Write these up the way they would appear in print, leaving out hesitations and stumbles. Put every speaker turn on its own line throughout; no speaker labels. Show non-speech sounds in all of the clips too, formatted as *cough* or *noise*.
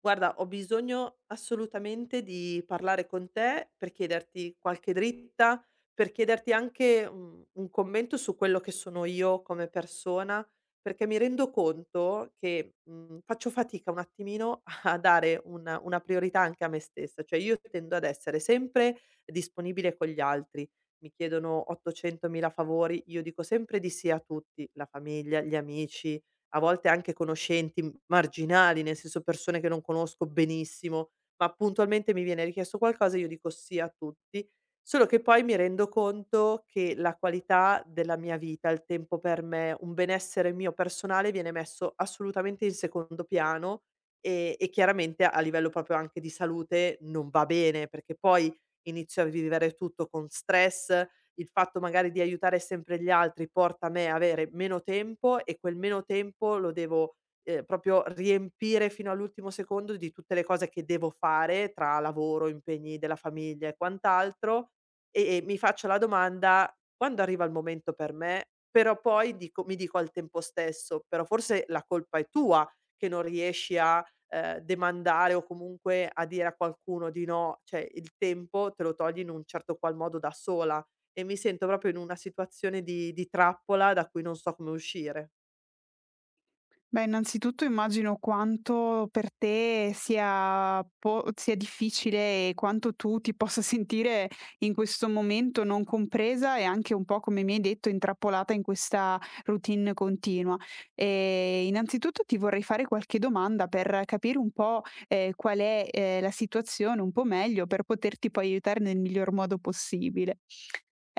Guarda, ho bisogno assolutamente di parlare con te per chiederti qualche dritta, per chiederti anche un commento su quello che sono io come persona, perché mi rendo conto che faccio fatica un attimino *laughs* a dare una priorità anche a me stessa, cioè io tendo ad essere sempre disponibile con gli altri. Mi chiedono 800.000 favori, io dico sempre di sì a tutti, la famiglia, gli amici, a volte anche conoscenti m marginali, nel senso persone che non conosco benissimo, ma puntualmente mi viene richiesto qualcosa e io dico sì a tutti, solo che poi mi rendo conto che la qualità della mia vita, il tempo per me, un benessere mio personale viene messo assolutamente in secondo piano, e chiaramente a livello proprio anche di salute non va bene, perché poi inizio a vivere tutto con stress. Il fatto magari di aiutare sempre gli altri porta a me avere meno tempo e quel meno tempo lo devo, proprio riempire fino all'ultimo secondo di tutte le cose che devo fare tra lavoro, impegni della famiglia e quant'altro, e mi faccio la domanda: "Quando arriva il momento per me?" Però poi dico mi dico al tempo stesso: "Però forse la colpa è tua che non riesci a, demandare o comunque a dire a qualcuno di no, cioè il tempo te lo togli in un certo qual modo da sola". E mi sento proprio in una situazione di trappola da cui non so come uscire.
Beh, innanzitutto immagino quanto per te sia po sia difficile e quanto tu ti possa sentire in questo momento non compresa e anche un po', come mi hai detto, intrappolata in questa routine continua. Innanzitutto ti vorrei fare qualche domanda per capire un po', qual è, la situazione un po' meglio per poterti poi aiutare nel miglior modo possibile.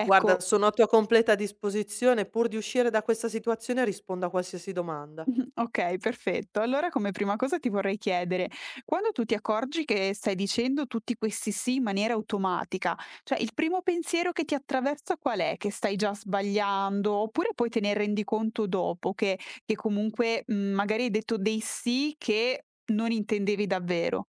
Guarda, sono a tua completa disposizione, pur di uscire da questa situazione rispondo a qualsiasi
*laughs*
domanda.
Mh-mh. Okay, perfetto. Allora come prima cosa ti vorrei chiedere: quando tu ti accorgi che stai dicendo tutti questi sì in maniera automatica, cioè il primo pensiero che ti attraversa qual è? Che stai già sbagliando, oppure poi te ne rendi conto dopo che comunque, magari hai detto dei sì che non intendevi davvero?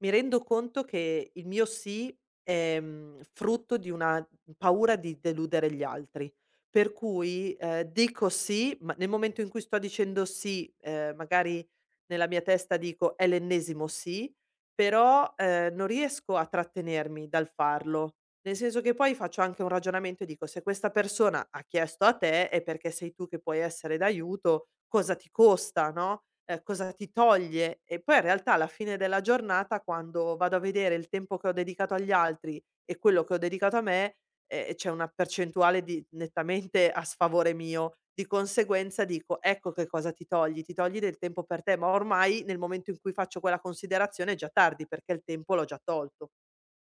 Mi rendo conto che il mio sì è, frutto di una paura di deludere gli altri, per cui, dico sì, ma nel momento in cui sto dicendo sì, magari nella mia testa dico: "È l'ennesimo sì", però, non riesco a trattenermi dal farlo. Nel senso che poi faccio anche un ragionamento e dico: "Se questa persona ha chiesto a te è perché sei tu che puoi essere d'aiuto, cosa ti costa, no? Cosa ti toglie". E poi in realtà alla fine della giornata quando vado a vedere il tempo che ho dedicato agli altri e quello che ho dedicato a me, c'è una percentuale di nettamente a sfavore mio. Di conseguenza dico: "Ecco che cosa ti togli del tempo per te", ma ormai nel momento in cui faccio quella considerazione è già tardi perché il tempo l'ho già tolto.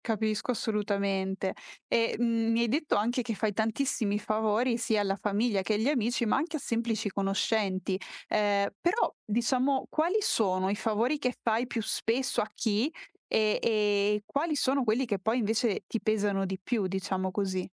Capisco assolutamente. E, mi hai detto anche che fai tantissimi favori sia alla famiglia che agli amici, ma anche a semplici conoscenti. Però diciamo quali sono i favori che fai più spesso a chi, e quali sono quelli che poi invece ti pesano di più, diciamo così?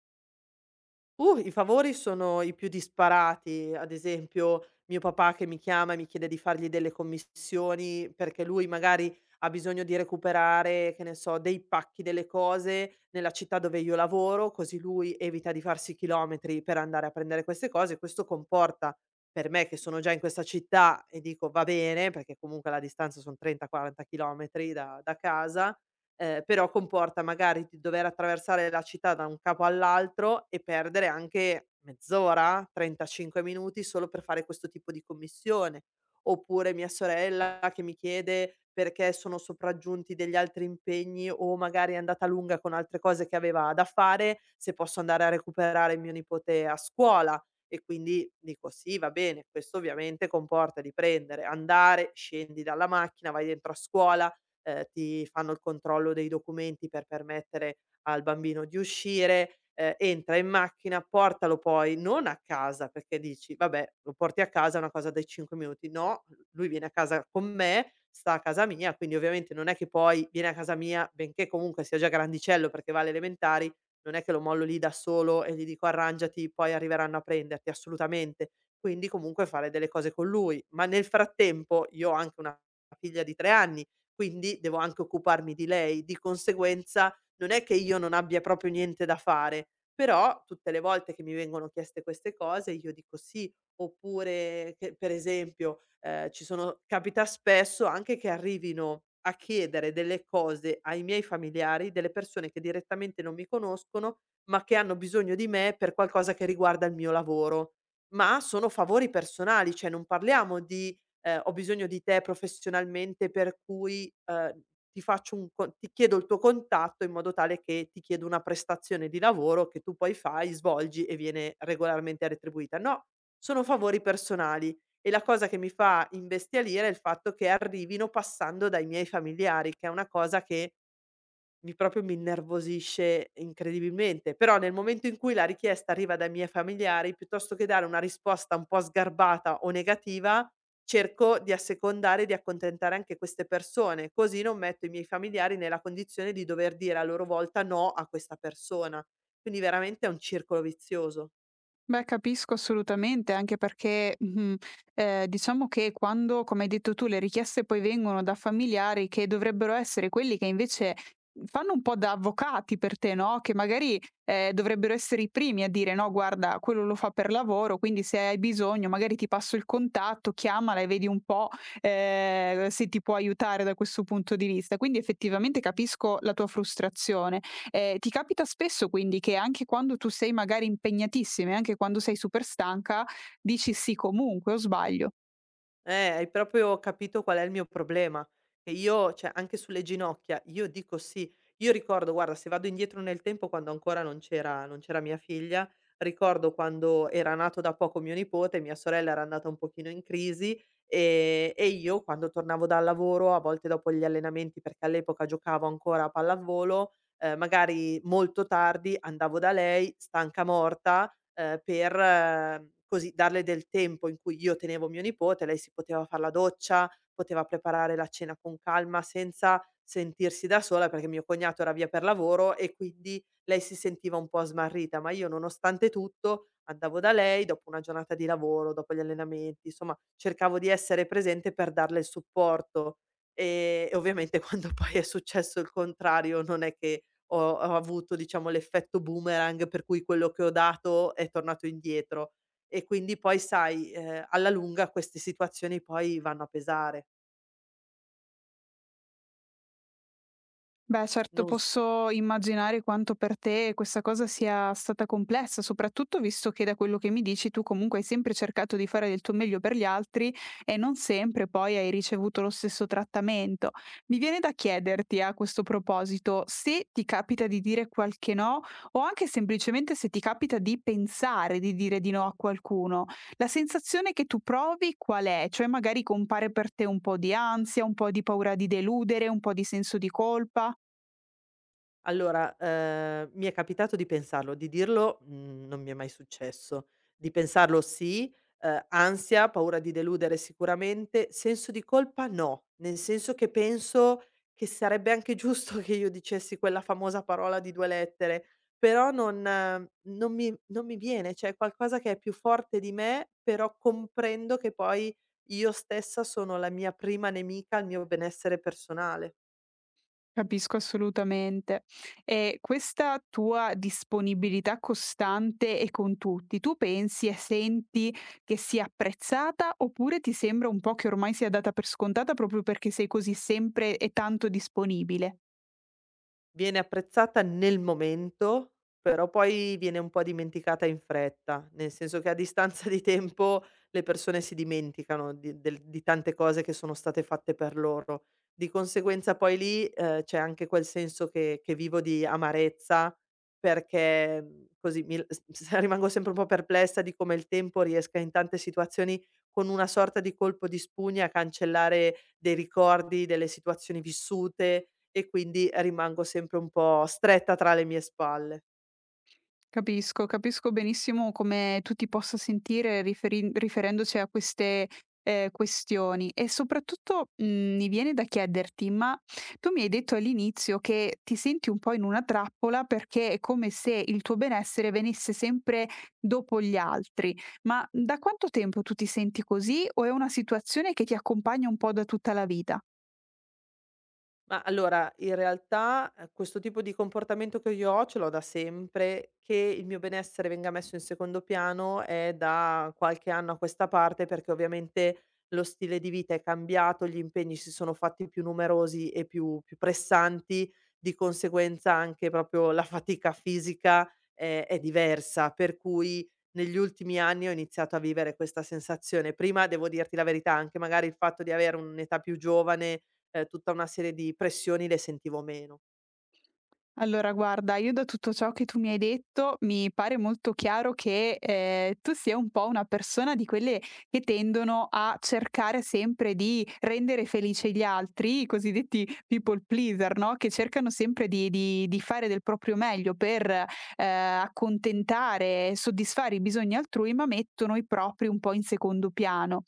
I favori sono i più disparati, ad esempio mio papà che mi chiama e mi chiede di fargli delle commissioni perché lui magari ha bisogno di recuperare, che ne so, dei pacchi, delle cose nella città dove io lavoro, così lui evita di farsi chilometri per andare a prendere queste cose. Questo comporta per me che sono già in questa città e dico va bene, perché comunque la distanza sono 30-40 chilometri da casa, però comporta magari di dover attraversare la città da un capo all'altro e perdere anche mezz'ora, 35 minuti solo per fare questo tipo di commissione. Oppure mia sorella che mi chiede, perché sono sopraggiunti degli altri impegni o magari è andata lunga con altre cose che aveva da fare, se posso andare a recuperare mio nipote a scuola. E quindi dico: "Sì, va bene". Questo ovviamente comporta di prendere, andare, scendi dalla macchina, vai dentro a scuola, ti fanno il controllo dei documenti per permettere al bambino di uscire, entra in macchina, portalo poi non a casa, perché dici: "Vabbè, lo porti a casa è una cosa dai 5 minuti". No, lui viene a casa con me, sta a casa mia, quindi ovviamente non è che poi viene a casa mia, benché comunque sia già grandicello perché va alle elementari, non è che lo mollo lì da solo e gli dico: "Arrangiati, poi arriveranno a prenderti", assolutamente. Quindi comunque fare delle cose con lui. Ma nel frattempo io ho anche una figlia di 3 anni, quindi devo anche occuparmi di lei. Di conseguenza non è che io non abbia proprio niente da fare, però tutte le volte che mi vengono chieste queste cose io dico sì. Oppure, che per esempio, ci sono, capita spesso anche che arrivino a chiedere delle cose ai miei familiari, delle persone che direttamente non mi conoscono, ma che hanno bisogno di me per qualcosa che riguarda il mio lavoro. Ma sono favori personali, cioè non parliamo di, "Ho bisogno di te professionalmente per cui, ti chiedo il tuo contatto in modo tale che ti chiedo una prestazione di lavoro che tu poi fai, svolgi e viene regolarmente retribuita". No, sono favori personali, e la cosa che mi fa imbestialire è il fatto che arrivino passando dai miei familiari, che è una cosa che mi proprio mi innervosisce incredibilmente. Però, nel momento in cui la richiesta arriva dai miei familiari, piuttosto che dare una risposta un po' sgarbata o negativa, cerco di assecondare e di accontentare anche queste persone, così non metto i miei familiari nella condizione di dover dire a loro volta no a questa persona. Quindi veramente è un circolo vizioso.
Beh, capisco assolutamente, anche perché, diciamo che quando, come hai detto tu, le richieste poi vengono da familiari che dovrebbero essere quelli che invece fanno un po' da avvocati per te, no, che magari, dovrebbero essere i primi a dire: "No, guarda, quello lo fa per lavoro, quindi se hai bisogno magari ti passo il contatto, chiamala e vedi un po', se ti può aiutare da questo punto di vista". Quindi effettivamente capisco la tua frustrazione. Ti capita spesso quindi che anche quando tu sei magari impegnatissima e anche quando sei super stanca, dici: "Sì comunque", o sbaglio?
Hai proprio capito qual è il mio problema, che io, cioè anche sulle ginocchia, io dico sì. Io ricordo, guarda, se vado indietro nel tempo quando ancora non c'era mia figlia, ricordo quando era nato da poco mio nipote, mia sorella era andata un pochino in crisi, e io quando tornavo dal lavoro, a volte dopo gli allenamenti, perché all'epoca giocavo ancora a pallavolo, magari molto tardi andavo da lei, stanca morta, per così darle del tempo in cui io tenevo mio nipote, lei si poteva far la doccia, poteva preparare la cena con calma senza sentirsi da sola, perché mio cognato era via per lavoro e quindi lei si sentiva un po' smarrita, ma io nonostante tutto andavo da lei dopo una giornata di lavoro, dopo gli allenamenti, insomma cercavo di essere presente per darle il supporto. E ovviamente *laughs* quando poi è successo il contrario non è che ho avuto, diciamo, l'effetto boomerang per cui quello che ho dato è tornato indietro, e quindi poi sai, alla lunga queste situazioni poi vanno a pesare,
Beh, certo,
non
posso immaginare quanto per te questa cosa sia stata complessa, soprattutto visto che da quello che mi dici tu comunque hai sempre cercato di fare del tuo meglio per gli altri e non sempre poi hai ricevuto lo stesso trattamento. Mi viene da chiederti a questo proposito se ti capita di dire qualche no o anche semplicemente se ti capita di pensare di dire di no a qualcuno. La sensazione che tu provi qual è? Cioè magari compare per te un po' di ansia, un po' di paura di deludere, un po' di senso di colpa?
Allora, mi è capitato di pensarlo, di dirlo, non mi è mai successo. Di pensarlo sì, ansia, paura di deludere sicuramente, senso di colpa no, nel senso che penso che sarebbe anche giusto *laughs* che io dicessi quella famosa parola di 2 lettere, però non mi viene, cioè è qualcosa che è più forte di me, però comprendo che poi io stessa sono la mia prima nemica, al mio benessere personale.
Capisco assolutamente. E questa tua disponibilità costante e con tutti, tu pensi e senti che sia apprezzata oppure ti sembra un po' che ormai sia data per scontata proprio perché sei così sempre e tanto disponibile?
Viene apprezzata nel momento, però poi viene un po' dimenticata in fretta, nel senso che a distanza di tempo le persone si dimenticano di tante cose che sono state fatte per loro. Di conseguenza poi lì, c'è anche quel senso che vivo di amarezza perché, così mi l s *laughs* s rimango sempre un po' perplessa di come il tempo riesca in tante situazioni con una sorta di colpo di spugna a cancellare dei ricordi, delle situazioni vissute, e quindi rimango sempre un po' stretta tra le mie spalle.
Capisco, capisco benissimo come tu ti possa sentire riferendoci a queste questioni e soprattutto mi viene da chiederti, ma tu mi hai detto all'inizio che ti senti un po' in una trappola perché è come se il tuo benessere venisse sempre dopo gli altri, ma da quanto tempo tu ti senti così o è una situazione che ti accompagna un po' da tutta la vita?
Ma allora, in realtà, questo tipo di comportamento che io ho ce l'ho da sempre; che il mio benessere venga messo in secondo piano è da qualche anno a questa parte, perché ovviamente lo stile di vita è cambiato, gli impegni si sono fatti più numerosi e più pressanti, di conseguenza anche proprio la fatica fisica, è diversa, per cui negli ultimi anni ho iniziato a vivere questa sensazione. Prima, devo dirti la verità, anche magari il fatto di avere un'età più giovane. Tutta una serie di pressioni le sentivo meno.
Allora guarda, io da tutto ciò che tu mi hai detto, mi pare molto chiaro che, tu sia un po' una persona di quelle che tendono a cercare sempre di rendere felici gli altri, i cosiddetti people pleaser, no, che cercano sempre di fare del proprio meglio per, accontentare e soddisfare i bisogni altrui, ma mettono i propri un po' in secondo piano.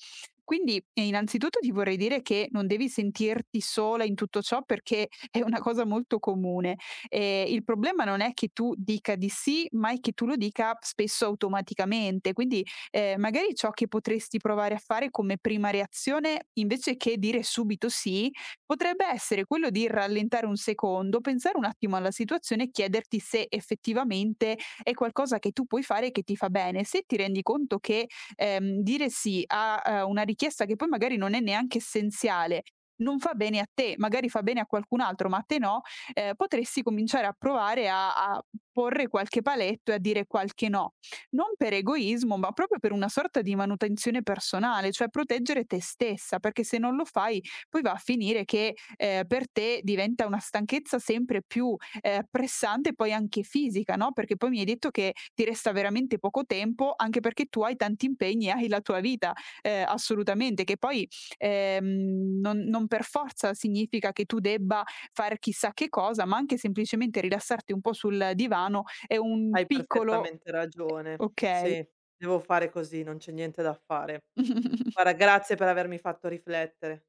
Quindi, innanzitutto ti vorrei dire che non devi sentirti sola in tutto ciò perché è una cosa molto comune. Il problema non è che tu dica di sì, ma è che tu lo dica spesso automaticamente. Quindi, magari ciò che potresti provare a fare come prima reazione, invece che dire subito sì, potrebbe essere quello di rallentare un secondo, pensare un attimo alla situazione e chiederti se effettivamente è qualcosa che tu puoi fare e che ti fa bene. Se ti rendi conto che, dire sì a, una richiesta che poi magari non è neanche essenziale, non fa bene a te, magari fa bene a qualcun altro, ma a te no, potresti cominciare a provare a porre qualche paletto e a dire qualche no. Non per egoismo, ma proprio per una sorta di manutenzione personale, cioè proteggere te stessa, perché se non lo fai poi va a finire che, per te diventa una stanchezza sempre più, pressante, poi anche fisica, no, perché poi mi hai detto che ti resta veramente poco tempo, anche perché tu hai tanti impegni e hai la tua vita, assolutamente, che poi, non per forza significa che tu debba far chissà che cosa, ma anche semplicemente rilassarti un po' sul divano è un
Hai
piccolo
perfettamente ragione.
okay.
Sì, devo fare così, non c'è niente da fare.
*laughs*
Guarda, grazie per avermi fatto riflettere.